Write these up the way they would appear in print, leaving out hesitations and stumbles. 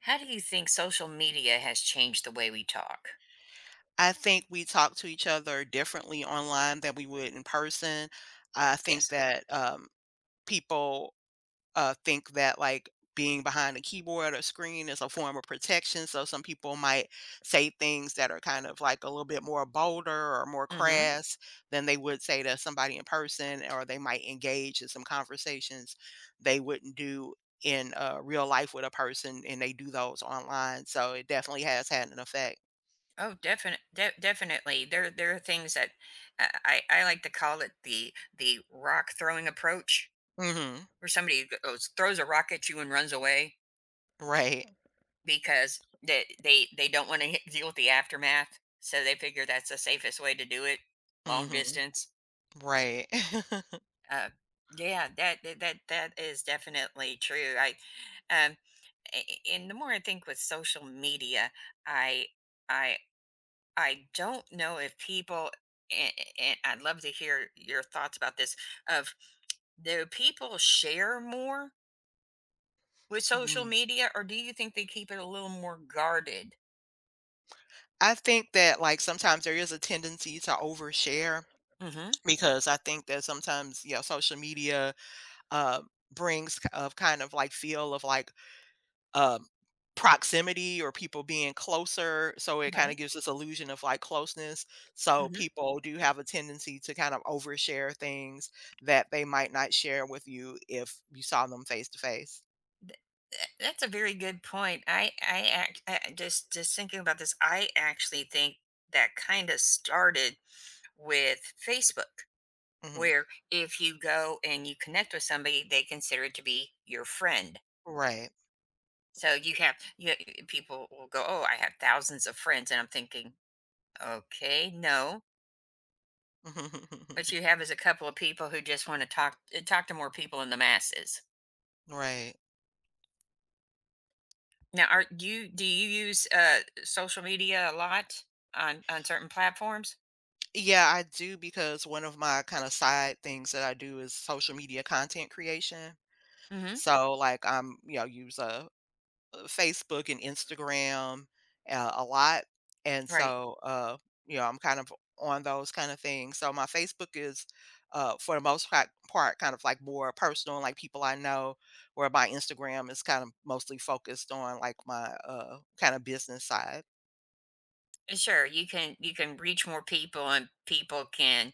How do you think social media has changed the way we talk? I think we talk to each other differently online than we would in person. I think Yes. that, people, think that, like, being behind a keyboard or screen is a form of protection, so some people might say things that are kind of, like, a little bit more bolder or more Mm-hmm. crass than they would say to somebody in person, or they might engage in some conversations they wouldn't do in, real life with a person, and they do those online, so it definitely has had an effect. Oh, definite, definitely. There are things that I like to call it the rock throwing approach, Mhm. where somebody goes, throws a rock at you and runs away Right. because they don't want to deal with the aftermath, so they figure that's the safest way to do it, long Mhm. distance. Right. Uh, yeah, that is definitely true. Um, and the more I think with social media, I I I don't know if people and, and I'd love to hear your thoughts about this of, do people share more with social Mm. media, or do you think they keep it a little more guarded? I think that, like, sometimes there is a tendency to overshare Mhm. because I think that sometimes, you know social media uh, brings k- of kind of like feel of like um, proximity or people being closer. So it kind of Right? gives this illusion of like closeness. So Mhm. people do have a tendency to kind of overshare things that they might not share with you if you saw them face to face. That's a very good point. I act I just thinking about this, I actually think that kind of started with Facebook, Mhm. where if you go and you connect with somebody, they consider it to be your friend. Right. So you have you, eh, people will go, "Oh, I have thousands of friends," and I'm thinking, "Okay, no." What you have is a couple of people who just want to talk, talk to more people in the masses. Right. Now, are you do you use social media a lot on certain platforms? Yeah, I do because one of my kind of side things that I do is social media content creation. Hmm. So, like, I'm, you know, use Facebook and Instagram a lot. And Right. so, you know, I'm kind of on those kind of things. So, my Facebook is, for the most part, kind of like more personal, like people I know, where my Instagram is kind of mostly focused on like my kind of business side. Sure, you can reach more people, and people can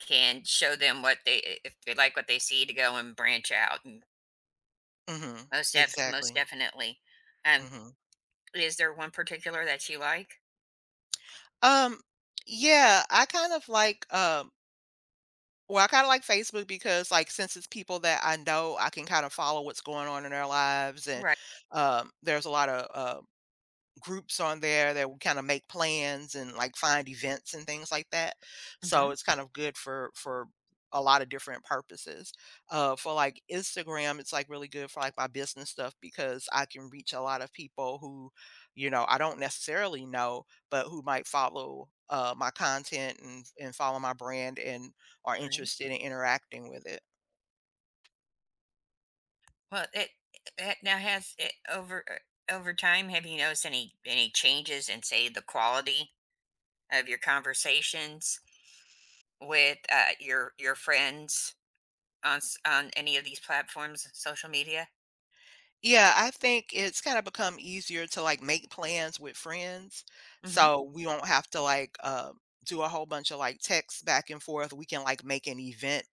show them what they, if they like what they see, to go and branch out and Hmm. most def most Exactly. definitely. Um, Mhm. is there one particular that you like? Um, yeah, I kind of like, well, I kind of like Facebook because, like, since it's people that I know, I can kind of follow what's going on in their lives, and Right. There's a lot of groups on there that will kind of make plans and like find events and things like that. So Mhm. it's kind of good for a lot of different purposes. For like Instagram, it's like really good for like my business stuff because I can reach a lot of people who, you know, I don't necessarily know, but who might follow my content and follow my brand and are Right. interested in interacting with it. Well, it now, has it over, over time, have you noticed any changes in, say, the quality of your conversations with, your friends on s on any of these platforms, social media? Yeah, I think it's kinda become easier to, like, make plans with friends, Mhm. so we don't have to, like, do a whole bunch of, like, texts back and forth. We can, like, make an event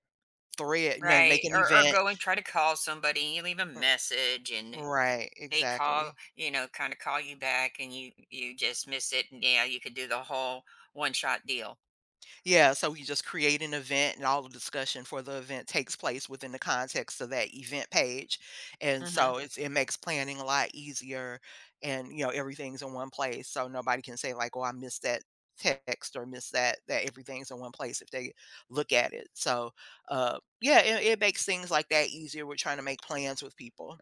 thread, ma make Right, an or event. go and try to call somebody, you leave a R message and right, they call, exactly. you know, kind of call you back and you just miss it, and yeah, you could do the whole one shot deal. Yeah, so we just create an event and all the discussion for the event takes place within the context of that event page. And Hmm. so it makes planning a lot easier, and you know everything's in one place so nobody can say like, "Oh, I missed that text or miss that that everything's in one place if they look at it." So, yeah, it makes things like that easier. We're trying to make plans with people.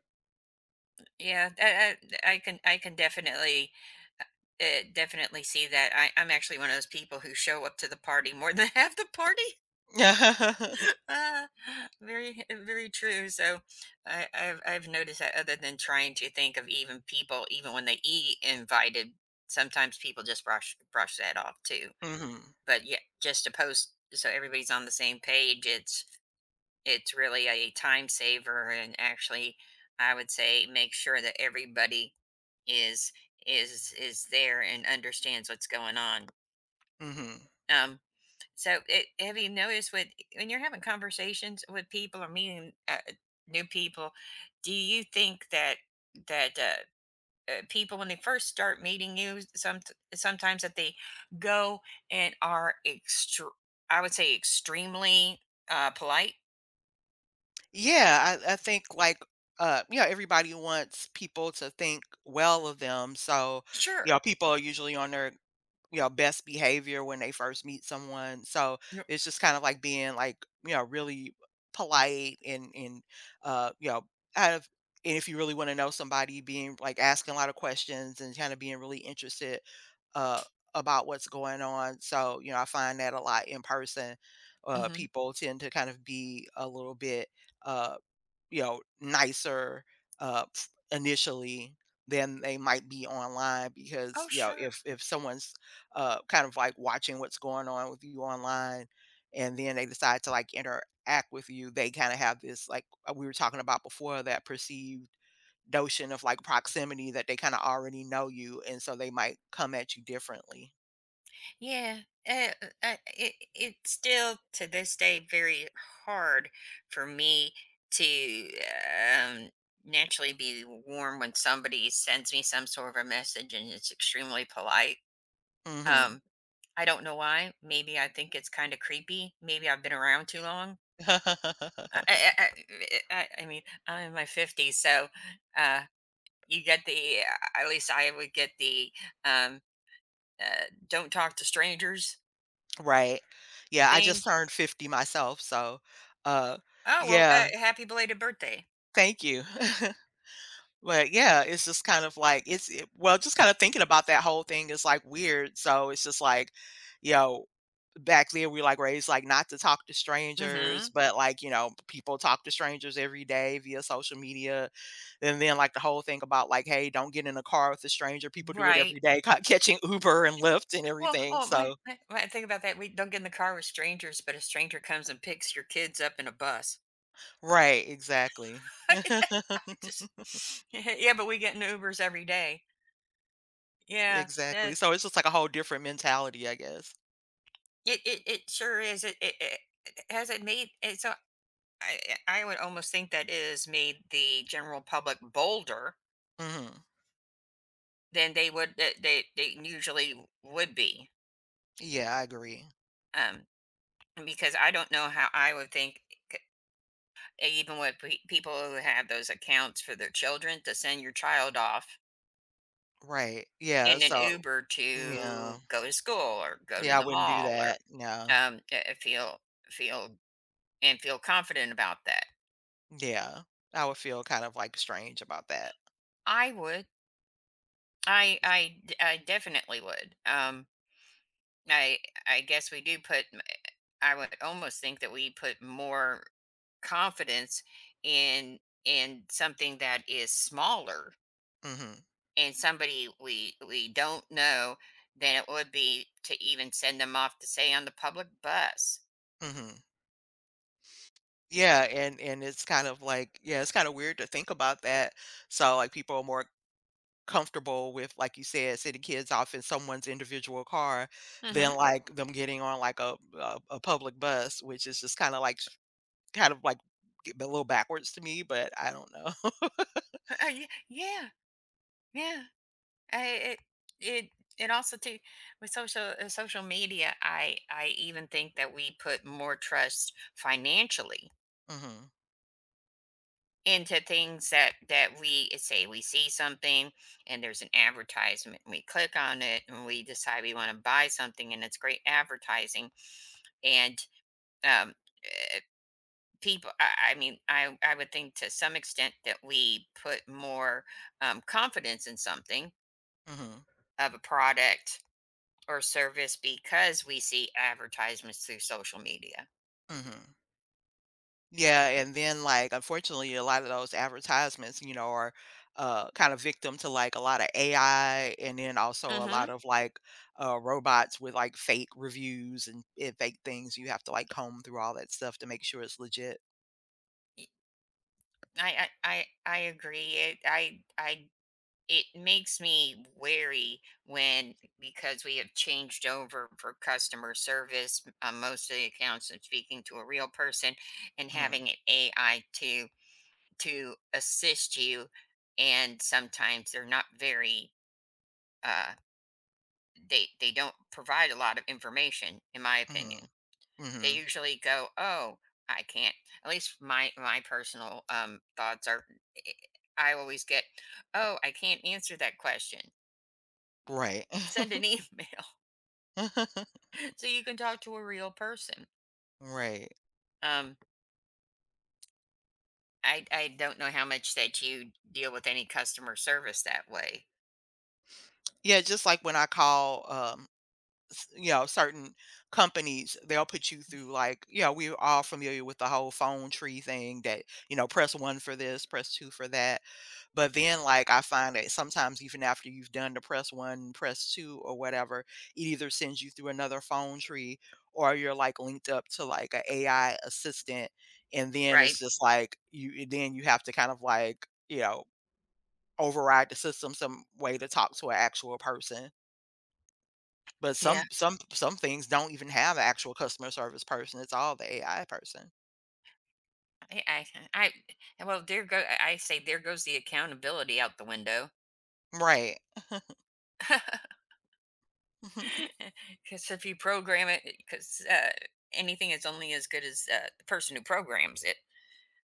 Yeah, that, I can definitely, uh, definitely see that. I'm actually one of those people who show up to the party more than half the party, uh, very, very true. So I've noticed that. Other than trying to think of, even people, even when they e invited, sometimes people just brush that off too. Mhm. But yeah, just to post so everybody's on the same page, it's really a time saver, and actually I would say make sure that everybody is is there and understands what's going on. Mhm. Um, so it, have you noticed with, when you're having conversations with people or meeting, new people, do you think that that uh, people, when they first start meeting you, some, sometimes that they go and are extr I would say extremely, uh, polite? Yeah, I think like you know, everybody wants people to think well of them. So, you know, Sure. people are usually on their you know, best behavior when they first meet someone. So it's just kind of like being like, you know, really polite and you know, out of and if you really want to know somebody, being like asking a lot of questions and kind of being really interested uh about what's going on. So, you know, I find that a lot in person. Hmm. People tend to kind of be a little bit uh you know, nicer, f initially than they might be online Oh, because, you know, sure. if someone's, kind of, like, watching what's going on with you online and then they decide to, like, interact with you, they kinda have this, like, we were talking about before, that perceived notion of, like, proximity that they kinda already know you, and so they might come at you differently. Yeah, it, it's still to this day very hard for me to, um, naturally be warm when somebody sends me some sort of a message and it's extremely polite. Mhm. Um, I don't know why. Maybe I think it's kind of creepy. Maybe I've been around too long. I I I mean, I'm in my 50s, so uh, you get the, at least I would get the, um, don't talk to strangers Right. Yeah, I thing. just turned 50 myself, so, uh, Oh well, yeah. happy belated birthday. Thank you. But yeah, it's just kind of like well, just kind of thinking about that whole thing is like weird. So it's just like, you know, back there we like raised like not to talk to strangers, Mm-hmm. but like you know people talk to strangers every day via social media, and then like the whole thing about like hey, don't get in a car with a stranger. People do it Right. every day, catching Uber and Lyft and Well, everything. oh, So my, think about that. We don't get in the car with strangers, but a stranger comes and picks your kids up in a bus. right, exactly, Just yeah, but we get in Ubers every day. Yeah, yeah. exactly. So it's just like a whole different mentality, I guess. It sure is. It has it made it so, I I would almost think that it has made the general public bolder Hmm. than they would, that they usually would be. Yeah, I agree. Um, because I don't know how I would think, c- even with people who have those accounts for their children, to send your child off Right, yeah, in an so Uber yeah, to go to school or go to yeah, I the wouldn't do mall, or, that, no, um, feel feel and feel confident about that. yeah, I would feel kind of, like, strange about that. I would. I definitely would. I I guess we do put, I would almost think that we put more confidence in in something that is smaller Mhm, and somebody we don't know, than it would be to even send them off to, say, on the public bus. mhm, yeah, and it's kind of like yeah, it's kinda weird to think about that, so, like, people are more comfortable with, like you said, sending kids off in someone's individual car Mm-hmm. than, like, them getting on, like, a public bus, which is just kinda, like, s kind of, like, a little backwards to me, but I don't know. Yeah, yeah. I, it it also too, with social, social media. I even think that we put more trust financially Mhm, into things, that that we, say we see something and there's an advertisement, we click on it and we decide we want to buy something, and it's great advertising, and, um, eh, people, I mean, I would think to some extent that we put more, confidence in something, mhm, of a product or service, because we see advertisements through social media. mhm. Yeah, and then, like, unfortunately, a lot of those advertisements, you know, are, kind of victim to, like, a lot of AI and then also a Hmm. lot of, like, robots with, like, fake reviews and fake things. You have to, like, comb through all that stuff to make sure it's legit. I, I agree. It, I It makes me wary when, because we have changed over for customer service, most of the accounts, of speaking to a real person and Mhm, having an AI to assist you, and sometimes they're not very, uh, they don't provide a lot of information, in my mhm, opinion. They mhm. usually go, oh, I can't, at least my, my personal, um, thoughts are, eh, I always get, oh, I can't answer that question. Right. Send an email. So you can talk to a real person. Right. Um, I don't know how much that you deal with any customer service that way. Yeah, just like when I call, you know certain companies they'll put you through like you know we're all familiar with the whole phone tree thing that you know press one for this press two for that, but then like I find that sometimes even after you've done the press one press two or whatever, it either sends you through another phone tree or you're like linked up to like a ai assistant, and then Right? it's just like you then you have to kind of like you know override the system some way to talk to an actual person, but Yeah, some things don't even have a actual customer service person, it's all the AI person. I I, I, and, well, there go, I say there goes the accountability out the window. Right. Because if you program it, because, anything is only as good as, the person who programs it.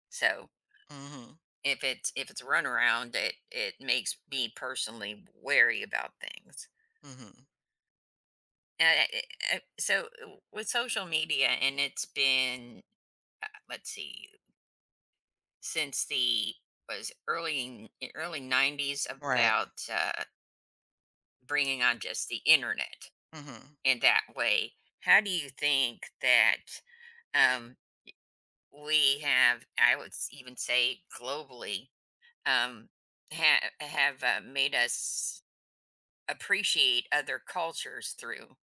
So Mhm. if it's, if it's a runaround, it makes me personally wary about things. Mhm. Uh, so, with social media, and it's been, let's see, since the, was early, early 90s, Right. about, bringing on just the internet Mhm. in that way, how do you think that, um, we have, I would even say globally, um, have, made us appreciate other cultures through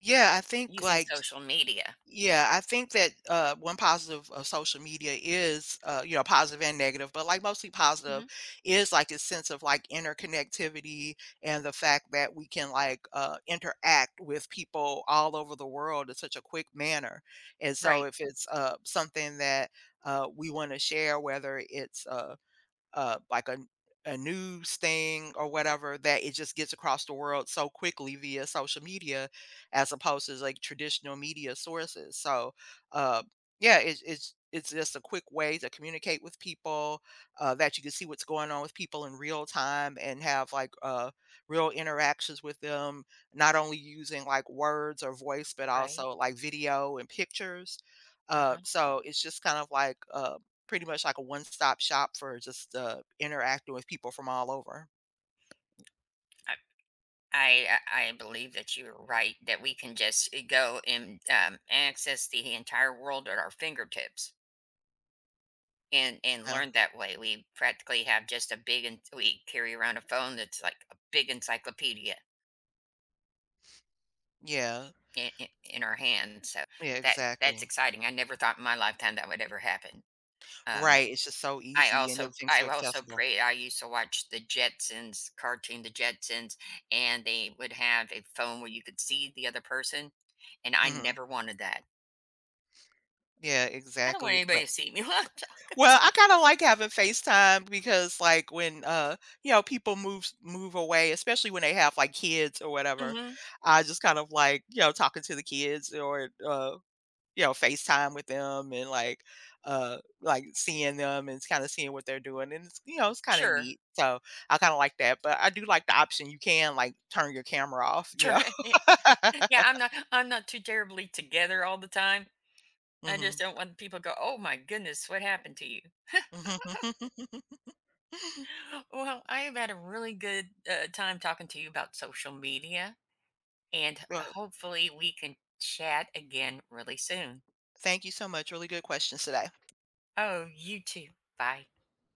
Yeah, I think, using like, social media? Yeah, I think that one positive of social media is, you know, positive and negative, but like mostly positive Hmm. is like a sense of like interconnectivity and the fact that we can like interact with people all over the world in such a quick manner. And so Right, if it's something that we want to share, whether it's like a news thing or whatever that it just gets across the world so quickly via social media as opposed to like traditional media sources so uh, yeah it's just a quick way to communicate with people that you can see what's going on with people in real time and have like real interactions with them not only using like words or voice but right. also like video and pictures Uh huh. so it's just kind of like pretty much like a one-stop shop for just, interacting with people from all over. I believe that you're right, that we can just, go and, access the entire world at our fingertips, and Yeah. learn that way. We practically have just a big en we carry around a phone that's like a big encyclopedia Yeah. in our hand, so Yeah, that that's exactly. exciting. I never thought in my lifetime that would ever happen. Um, Right, it's just so easy and everything's I so also accessible. pray, I used to watch the Jetsons cartoon, the Jetsons, and they would have a phone where you could see the other person, and I Mhm. never wanted that. Yeah, I don't want exactly, anybody to but see me while I'm talking to. well, I kinda like having FaceTime because, like, when, you know, people move away, especially when they have, like, kids or Mm. whatever, Mhm. I just kind of like, you know, talking to the kids or, you know, FaceTime with them and like seeing them and kind of seeing what they're doing. And it's, you know, it's kind of Sure. neat. So I kind of like that. But I do like the option you can like turn your camera off, you Sure. know. Yeah, I'm not too terribly together all the time. I just Hmm. don't want people to go, "Oh my goodness, what happened to you?" Well, I have had a really good, time talking to you about social media, and Well, hopefully we can chat again really soon. thank you so much. Really good questions today. Oh, you too. Bye.